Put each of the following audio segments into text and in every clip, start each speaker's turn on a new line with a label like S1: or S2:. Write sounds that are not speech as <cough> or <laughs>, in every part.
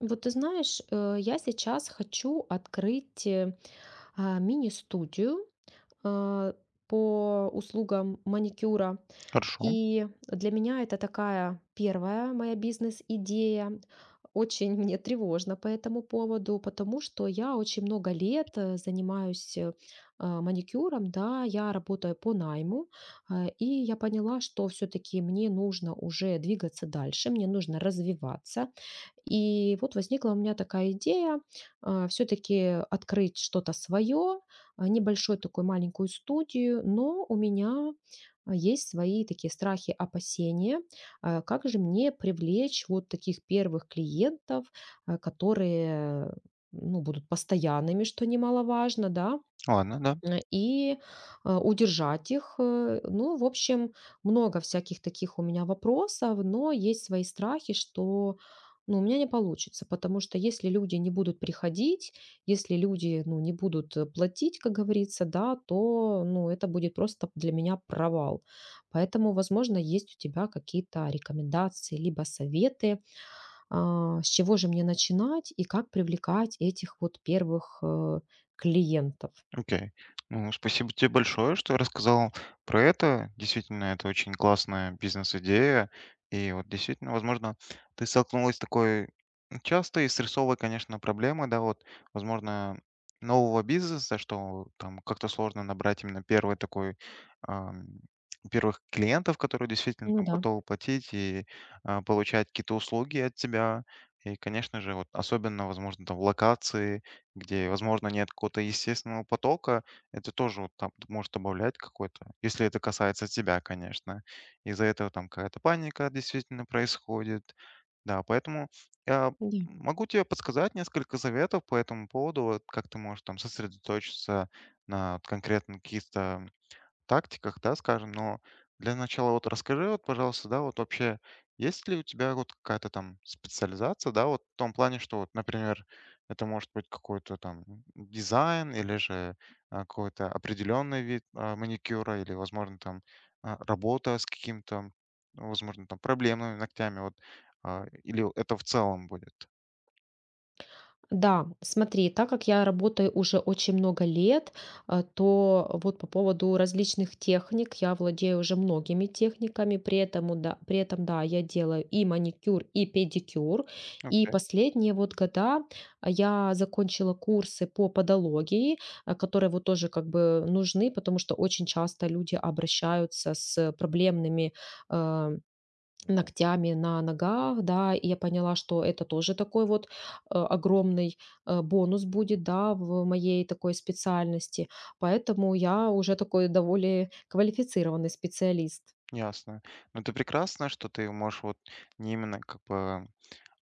S1: Вот ты знаешь, я сейчас хочу открыть мини-студию, а, по услугам маникюра.
S2: Хорошо,
S1: И для меня это такая первая моя бизнес-идея. Очень мне тревожно по этому поводу, потому что я очень много лет занимаюсь маникюром, да, я работаю по найму, и я поняла, что все-таки мне нужно уже двигаться дальше, мне нужно развиваться. И вот возникла у меня такая идея все-таки открыть что-то свое, небольшой такой маленькую студию, но у меня есть свои такие страхи, опасения. Как же мне привлечь вот таких первых клиентов, которые, ну, будут постоянными, что немаловажно, да.
S2: ладно, да,
S1: М, и, Удержать их. Ну, в общем, много всяких таких у меня вопросов, но есть свои страхи, что, ну, у меня не получится, потому что если люди не будут приходить, если люди, ну, не будут, платить, как говорится, да, то, ну, это будет просто для меня провал. Поэтому, возможно, есть у тебя какие-то рекомендации либо советы, с чего же мне начинать и как привлекать этих вот первых, клиентов?
S2: окей. Ну, спасибо тебе большое, что рассказал про это. Действительно, это очень классная бизнес-идея. И вот действительно, возможно, ты столкнулась с такой частой и стрессовой, конечно, проблемой, да, вот, возможно, нового бизнеса, что там как-то сложно набрать именно первый такой, ам, первых клиентов, которые действительно
S1: Ну
S2: там
S1: да,
S2: готовы платить и получать какие-то услуги от тебя. И, конечно же, вот особенно, возможно, там в локации, где, возможно, нет какого-то естественного потока, это тоже вот там может добавлять какой-то, если это касается тебя, конечно. Из-за этого там какая-то паника действительно происходит. Да, поэтому я
S1: да.
S2: могу тебе подсказать несколько советов по этому поводу, вот как ты можешь там сосредоточиться на вот конкретно каких-то тактиках, да, скажем, но для начала вот расскажи, вот, пожалуйста, да, вот вообще есть ли у тебя вот какая-то там специализация, да, вот в том плане, что вот, например, это может быть какой-то там дизайн или же какой-то определенный вид маникюра или, возможно, там работа с каким-то, ну, возможно, там проблемными ногтями, вот, или это в целом будет?
S1: Да, смотри, так как я работаю уже очень много лет, то вот по поводу различных техник я владею уже многими техниками, при этом, да, я делаю и маникюр, и педикюр. И
S2: Окей,
S1: последние вот года я закончила курсы по подологии, которые вот тоже как бы нужны, потому что очень часто люди обращаются с проблемными э, ногтями на ногах, да, и я поняла, что это тоже такой вот огромный бонус будет, да, в моей такой специальности. Поэтому я уже такой довольно квалифицированный специалист.
S2: ясно. Но это прекрасно, что ты можешь вот не именно как бы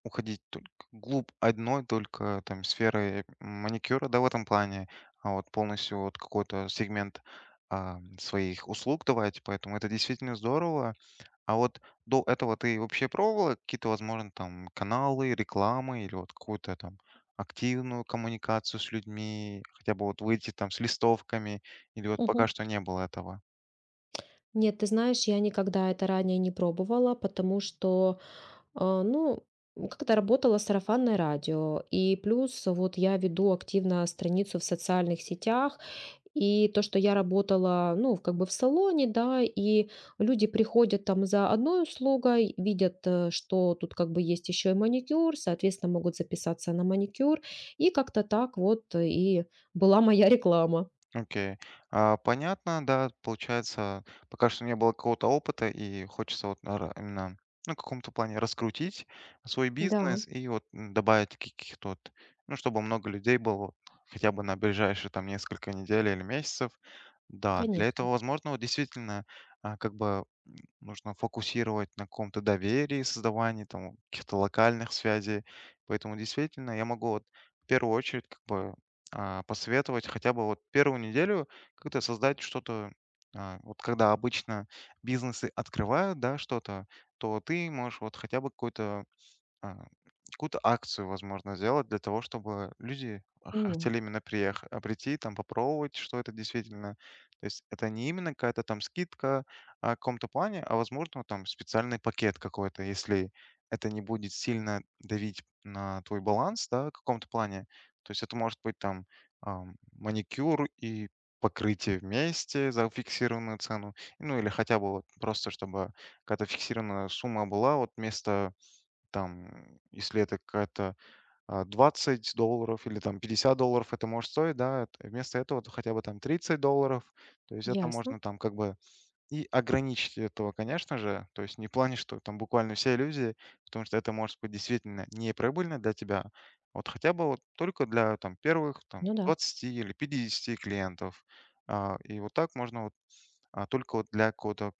S2: уходить только глубь одной только там сферы маникюра, да, в этом плане, а вот полностью вот какой-то сегмент, своих услуг давать, поэтому это действительно здорово. А вот до этого ты вообще пробовала какие-то, возможно, там каналы, рекламы или вот какую-то там активную коммуникацию с людьми, хотя бы вот выйти там с листовками или вот
S1: Мгм.
S2: пока что не было этого?
S1: Нет, ты знаешь, я никогда это ранее не пробовала, потому что, ну, как-то работало сарафанное радио. И плюс вот я веду активно страницу в социальных сетях, и то, что я работала, ну, как бы в салоне, да, и люди приходят там за одной услугой, видят, что тут как бы есть еще и маникюр, соответственно, могут записаться на маникюр, и как-то так вот, и была моя реклама.
S2: Окей. Понятно, да, получается, пока что не было какого-то опыта, и хочется вот наверно, именно, ну, в каком-то плане раскрутить свой
S1: Да,
S2: бизнес и вот добавить каких-то вот, ну, чтобы много людей было вот хотя бы на ближайшие там несколько недель или месяцев. Да, для этого,
S1: конечно.
S2: возможно, вот действительно, как бы нужно фокусировать на каком-то доверии, создавании там каких-то локальных связей. Поэтому действительно я могу вот в первую очередь как бы посоветовать хотя бы вот первую неделю как-то создать что-то, вот когда обычно бизнесы открывают, да, что-то, то ты можешь вот хотя бы какой-то а, какую-то акцию, возможно, сделать для того, чтобы люди
S1: М,
S2: хотели именно приехать, прийти, там попробовать, что это действительно. То есть это не именно какая-то там скидка в каком-то плане, а возможно вот там специальный пакет какой-то, если это не будет сильно давить на твой баланс, да, в каком-то плане. То есть это может быть там маникюр и покрытие вместе за фиксированную цену, ну или хотя бы вот просто чтобы какая-то фиксированная сумма была, вот вместо там, если это какая-то $20 или там $50 это может стоить, да, вместо этого то хотя бы там $30. То есть это
S1: ясно.
S2: можно там как бы и ограничить этого, конечно же. То есть не в плане, что там буквально все иллюзии, потому что это может быть действительно неприбыльно для тебя. Вот хотя бы вот только для там первых там
S1: Ну да,
S2: 20 или 50 клиентов. И вот так можно вот только вот для какого-то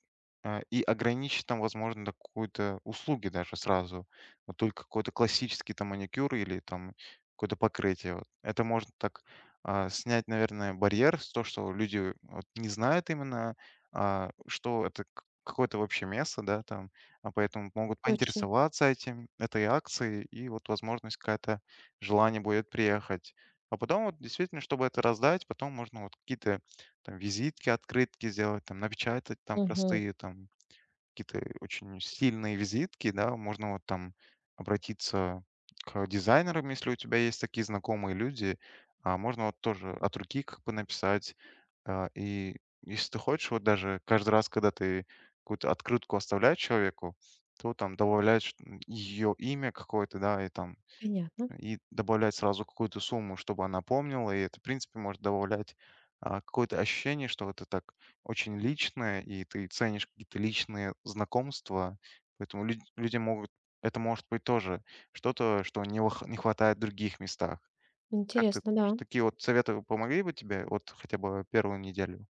S2: и ограничить там, возможно, до какой-то услуги даже сразу. Вот только какой-то классический там маникюр или там какое-то покрытие. Вот. Это можно так снять, наверное, барьер с то, что люди вот не знают именно, что это какое-то вообще место, да, там, а поэтому могут
S1: точно.
S2: поинтересоваться этим, этой акцией, и вот возможность какая-то желание будет приехать. А потом вот действительно, чтобы это раздать, потом можно вот какие-то там визитки, открытки сделать, там напечатать там
S1: Мгм.
S2: простые, там какие-то очень стильные визитки, да. Можно вот там обратиться к дизайнерам, если у тебя есть такие знакомые люди. А можно вот тоже от руки как бы написать. И если ты хочешь, вот даже каждый раз, когда ты какую-то открытку оставляешь человеку, то там добавляешь ее имя какое-то, да, и там
S1: Понятно.
S2: и добавлять сразу какую-то сумму, чтобы она помнила. И это, в принципе, может добавлять какое-то ощущение, что это так очень личное, и ты ценишь какие-то личные знакомства. Поэтому люди могут... Это может быть тоже что-то, что не хватает в других местах. Как ты
S1: Интересно,
S2: думаешь,
S1: да.
S2: такие вот советы помогли бы тебе вот хотя бы первую неделю?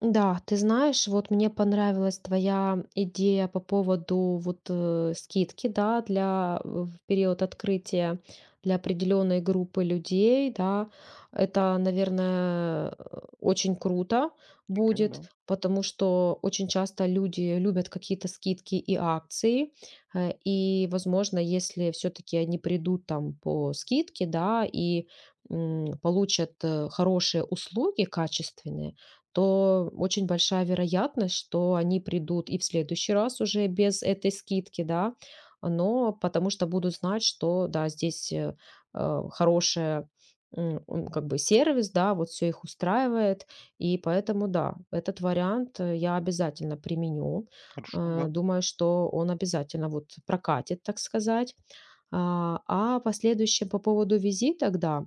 S1: Да, ты знаешь, вот мне понравилась твоя идея по поводу вот скидки, да, для, в период открытия для определенной группы людей, да. Это, наверное, очень круто
S2: Окей, да.
S1: будет, потому что очень часто люди любят какие-то скидки и акции, и, возможно, если все-таки они придут там по скидке, да, и получат хорошие услуги, качественные, то очень большая вероятность, что они придут и в следующий раз уже без этой скидки, да, но потому что будут знать, что, да, здесь хорошая как бы сервис, да, вот все их устраивает, и поэтому, да, этот вариант я обязательно применю.
S2: Хорошо, да.
S1: Думаю, что он обязательно вот прокатит, так сказать. А последующее по поводу визита, да,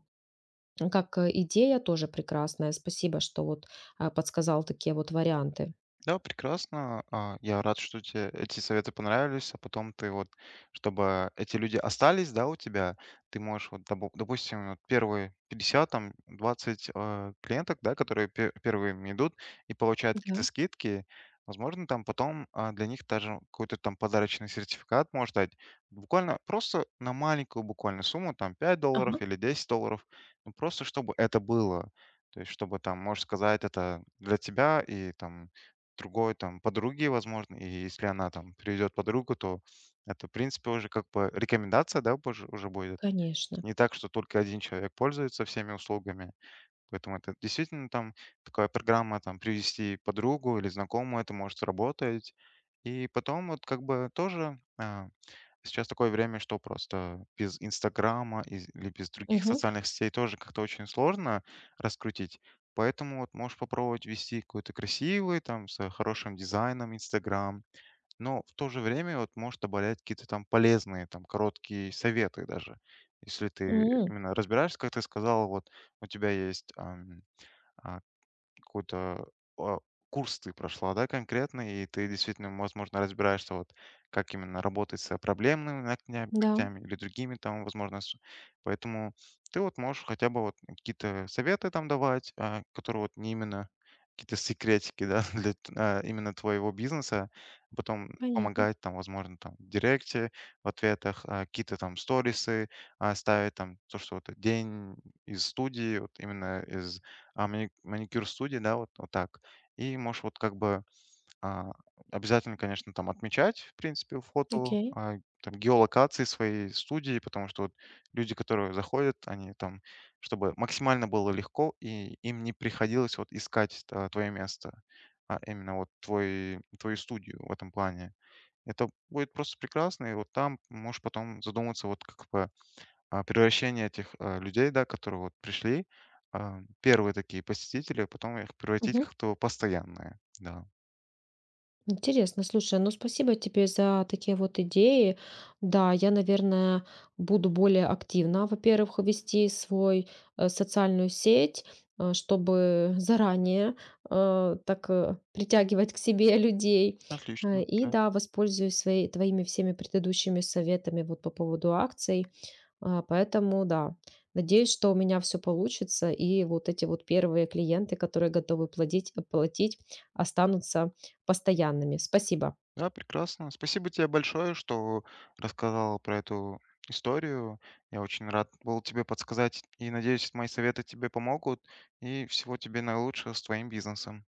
S1: как, идея тоже прекрасная. Спасибо, что вот подсказал такие вот варианты.
S2: Да, прекрасно. Я рад, что тебе эти советы понравились, а потом ты вот, чтобы эти люди остались, да, у тебя, ты можешь вот, допустим, вот первые 50 там, 20 клиенток, да, которые первыми идут и получают
S1: Да.
S2: какие-то скидки, возможно, там потом для них даже какой-то там подарочный сертификат можешь дать. Буквально просто на маленькую буквально сумму, там, $5
S1: Ага,
S2: или $10, ну, просто чтобы это было. То есть, чтобы там, можешь сказать, это для тебя и там другой там подруги, возможно. И если она там приведет подругу, то это, в принципе, уже как бы рекомендация, да, позже уже будет.
S1: конечно.
S2: Не так, что только один человек пользуется всеми услугами. Поэтому это действительно там такая программа, там, привести подругу или знакомую, это может работать. И потом вот как бы тоже сейчас такое время, что просто без "Инстаграма" из или без других
S1: Угу.
S2: социальных сетей тоже как-то очень сложно раскрутить. Поэтому вот можешь попробовать вести какой-то красивый, там, с хорошим дизайном "Инстаграм", но в то же время вот можешь добавлять какие-то там полезные, там, короткие советы даже. Если ты
S1: М,
S2: именно разбираешься, как ты сказал, вот у тебя есть, а какой-то а, курс ты прошла, да, конкретно, и ты действительно, возможно, разбираешься, вот как именно работать с проблемными
S1: Да,
S2: ногтями или другими там, возможно, поэтому ты вот можешь хотя бы вот какие-то советы там давать, которые вот не именно какие-то секретики, да, <laughs> для именно твоего бизнеса, а потом
S1: понятно.
S2: помогать там, возможно, там в директе, в ответах, какие-то там сторисы, ставить там то, что вот день из студии, вот именно из маникюр студии, да, вот вот так. И можешь вот как бы, а, обязательно, конечно, там отмечать, в принципе, фото,
S1: Окей.
S2: там геолокации своей студии, потому что вот люди, которые заходят, они там, чтобы максимально было легко и им не приходилось вот искать, твое место, а именно вот твой твою студию в этом плане. Это будет просто прекрасно, и вот там можешь потом задуматься, вот как бы превращение этих, людей, да, которые вот пришли, первые такие посетители, потом их превратить
S1: Мгм.
S2: как-то в постоянные. Да.
S1: Интересно, слушай, ну спасибо тебе за такие вот идеи. Да, я, наверное, буду более активно, во-первых, вести свой, социальную сеть, чтобы заранее, притягивать к себе людей.
S2: Отлично.
S1: И
S2: Да.
S1: да, воспользуюсь своей, твоими всеми предыдущими советами вот по поводу акций. Поэтому да, надеюсь, что у меня все получится, и вот эти вот первые клиенты, которые готовы платить, останутся постоянными. Спасибо.
S2: Да, прекрасно. Спасибо тебе большое, что рассказала про эту историю. Я очень рад был тебе подсказать и надеюсь, мои советы тебе помогут. И всего тебе наилучшего с твоим бизнесом.